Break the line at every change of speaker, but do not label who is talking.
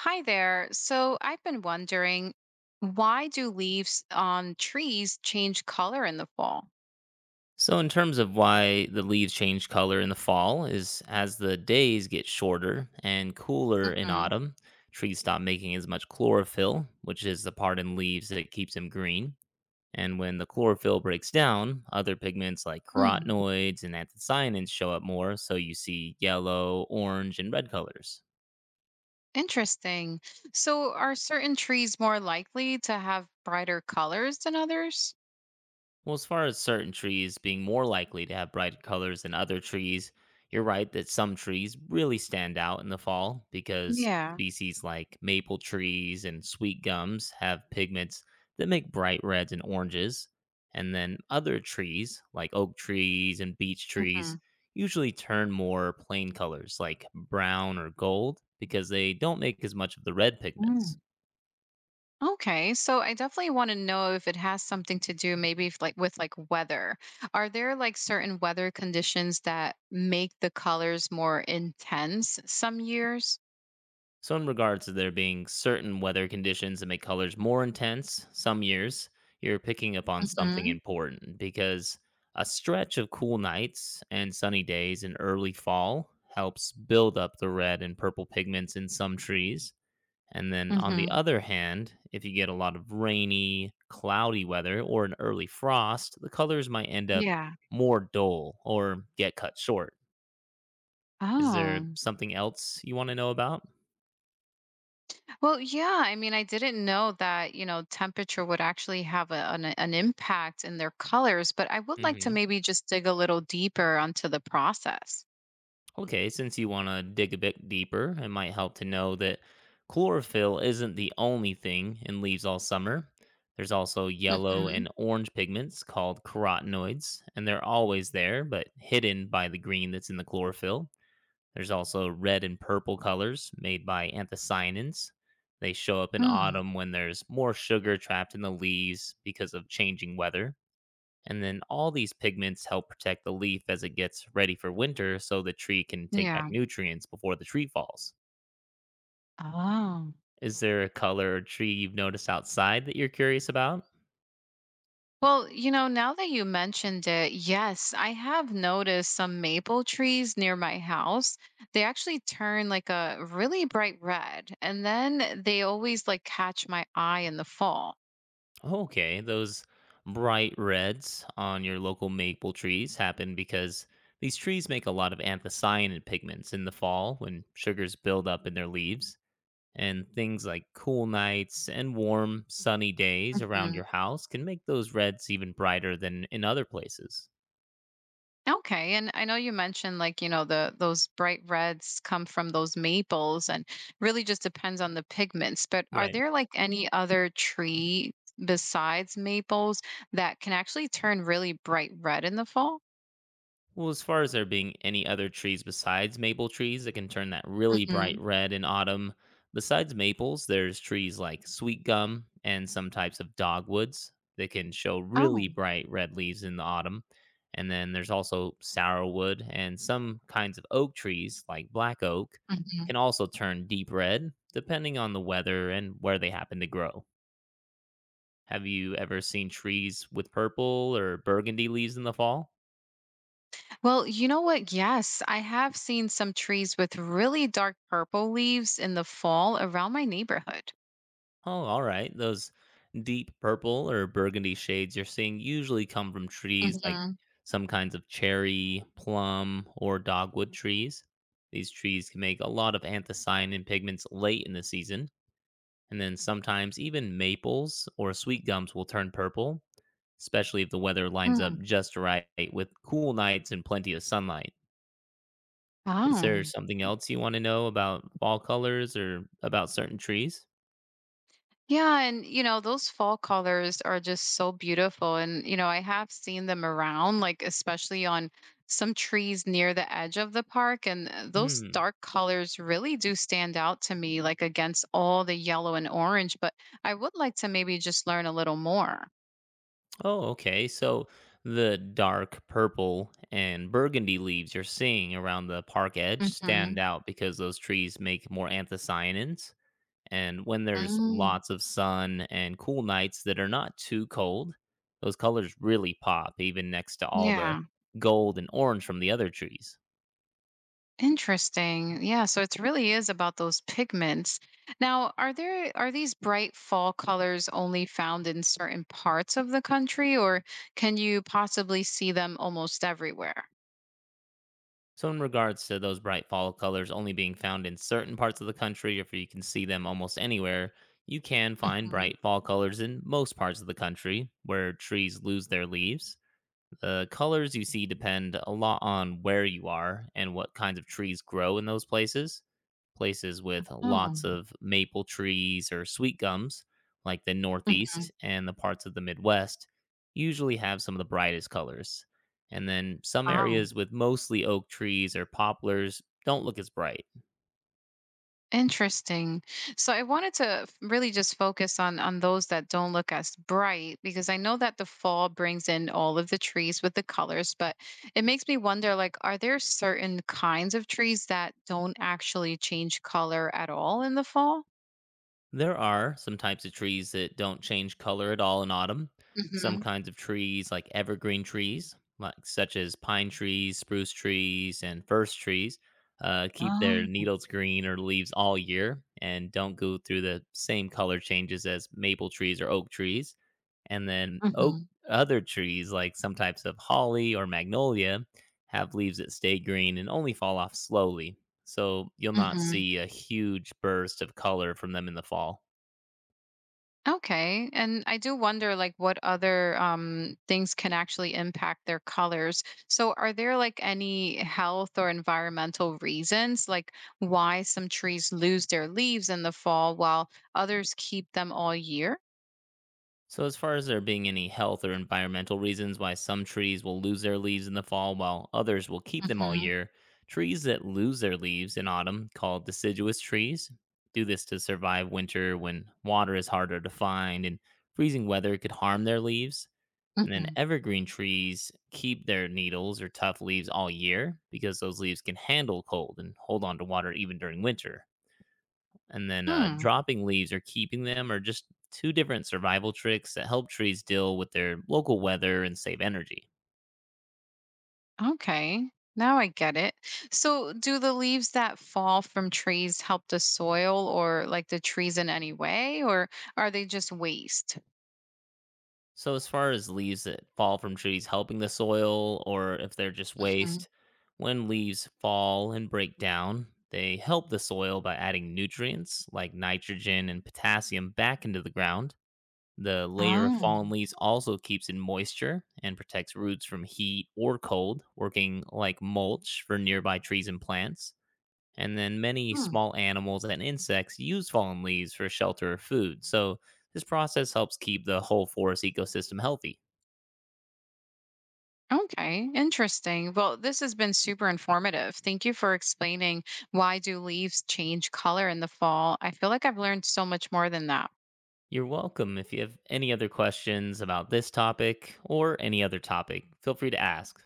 Hi there. So I've been wondering, why do leaves on trees change color in the fall?
So, in terms of why the leaves change color in the fall, is as the days get shorter and cooler in
Hmm.
autumn, trees stop making as much chlorophyll, which is the part in leaves that keeps them green. And when the chlorophyll breaks down, other pigments like
Hmm.
carotenoids and anthocyanins show up more, so you see yellow, orange, and red colors.
Interesting. So are certain trees more likely to have brighter colors than others?
Well, as far as certain trees being more likely to have bright colors than other trees, you're right that some trees really stand out in the fall because
Yeah.
species like maple trees and sweet gums have pigments that make bright reds and oranges. And then other trees, like oak trees and beech
Hmm.
trees, usually turn more plain colors like brown or gold because they don't make as much of the red
Mm.
pigments.
Okay, so I definitely want to know if it has something to do maybe if like with like weather. Are there like certain weather conditions that make the colors more intense some years?
So, in regards to there being certain weather conditions that make colors more intense some years, you're picking up on something
Hmm.
important because a stretch of cool nights and sunny days in early fall helps build up the red and purple pigments in some trees. And then, on the
Hmm.
other hand, if you get a lot of rainy, cloudy weather or an early frost, the colors might end up
Yeah.
more dull or get cut short. Is there
Oh,
something else you want to know about?
well, yeah. I mean, I didn't know that, temperature would actually have an impact in their colors, but I would like to
Hmm.
maybe just dig a little deeper onto the process.
Okay, since you want to dig a bit deeper, it might help to know that chlorophyll isn't the only thing in leaves all summer. There's also yellow
Hmm.
and orange pigments called carotenoids, and they're always there but hidden by the green that's in the chlorophyll. There's also red and purple colors made by anthocyanins. They show up in autumn when there's more sugar trapped in the leaves because of changing weather. And then all these pigments help protect the leaf as it gets ready for winter so the tree can take back
Yeah.
nutrients before the tree falls.
Oh.
Is there a color or tree you've noticed outside that you're curious about?
Well, now that you mentioned it, yes, I have noticed some maple trees near my house. They actually turn like a really bright red, and then they always like catch my eye in the fall.
Okay, those bright reds on your local maple trees happen because these trees make a lot of anthocyanin pigments in the fall when sugars build up in their leaves. And things like cool nights and warm, sunny days around your house can make those reds even brighter than in other places.
Okay, and I know you mentioned like, the those bright reds come from those maples and really just depends on the pigments, but are
Right.
there like any other tree besides maples that can actually turn really bright red in the fall?
Well, as far as there being any other trees besides maple trees that can turn that really bright
Hmm.
red in autumn, besides maples, there's trees like sweet gum and some types of dogwoods that can show really
Oh.
bright red leaves in the autumn. And then there's also sourwood and some kinds of oak trees like black oak
Hmm.
can also turn deep red depending on the weather and where they happen to grow. Have you ever seen trees with purple or burgundy leaves in the fall?
Well, you know what? Yes, I have seen some trees with really dark purple leaves in the fall around my neighborhood.
Oh, all right. Those deep purple or burgundy shades you're seeing usually come from trees like
Hmm.
some kinds of cherry, plum, or dogwood trees. These trees can make a lot of anthocyanin pigments late in the season, and then sometimes even maples or sweet gums will turn purple, especially if the weather lines up
Mm.
just right with cool nights and plenty of sunlight. Is there
Wow.
something else you want to know about fall colors or about certain trees?
Yeah, and those fall colors are just so beautiful. And I have seen them around, like especially on some trees near the edge of the park. And those
Hmm.
dark colors really do stand out to me, like against all the yellow and orange. But I would like to maybe just learn a little more.
Oh, okay. So the dark purple and burgundy leaves you're seeing around the park edge
Mm hmm.
stand out because those trees make more anthocyanins. And when there's
Mm.
lots of sun and cool nights that are not too cold, those colors really pop, even next to all the
Yeah.
gold and orange from the other trees.
Interesting. Yeah, so it really is about those pigments. Now, are these bright fall colors only found in certain parts of the country, or can you possibly see them almost everywhere?
So, in regards to those bright fall colors only being found in certain parts of the country, if you can see them almost anywhere, you can find
Hmm.
bright fall colors in most parts of the country where trees lose their leaves. The colors you see depend a lot on where you are and what kinds of trees grow in those places. Places with
Oh.
lots of maple trees or sweet gums, like the Northeast
Mhm.
and the parts of the Midwest, usually have some of the brightest colors. And then some
Wow.
areas with mostly oak trees or poplars don't look as bright.
Interesting. So I wanted to really just focus on those that don't look as bright because I know that the fall brings in all of the trees with the colors, but it makes me wonder like are there certain kinds of trees that don't actually change color at all in the fall?
There are some types of trees that don't change color at all in autumn. Some
Mhm.
kinds of trees, like evergreen trees, like such as pine trees, spruce trees, and first trees, keep their
Oh.
needles green or leaves all year and don't go through the same color changes as maple trees or oak trees. And then oak
Mhm.
other trees, like some types of holly or magnolia, have leaves that stay green and only fall off slowly so you'll not
Mhm.
see a huge burst of color from them in the fall.
Okay. And I do wonder like what other things can actually impact their colors. So are there like any health or environmental reasons like why some trees lose their leaves in the fall while others keep them all year?
So, as far as there being any health or environmental reasons why some trees will lose their leaves in the fall while others will keep them all
Hmm.
year, trees that lose their leaves in autumn, called deciduous trees, do this to survive winter when water is harder to find and freezing weather could harm their leaves. And then
Hmm.
evergreen trees keep their needles or tough leaves all year because those leaves can handle cold and hold on to water even during winter. And then
Hmm.
dropping leaves or keeping them are just two different survival tricks that help trees deal with their local weather and save energy.
Okay. Now I get it. So do the leaves that fall from trees help the soil or like the trees in any way or are they just waste?
So, as far as leaves that fall from trees helping the soil or if they're just
Mhm.
waste, when leaves fall and break down, they help the soil by adding nutrients like nitrogen and potassium back into the ground. The layer of fallen leaves also keeps in moisture and protects roots from heat or cold, working like mulch for nearby trees and plants. And then many
Oh.
small animals and insects use fallen leaves for shelter or food. So, this process helps keep the whole forest ecosystem healthy.
Okay, interesting. Well, this has been super informative. Thank you for explaining why do leaves change color in the fall. I feel like I've learned so much more than that.
You're welcome. If you have any other questions about this topic or any other topic, feel free to ask.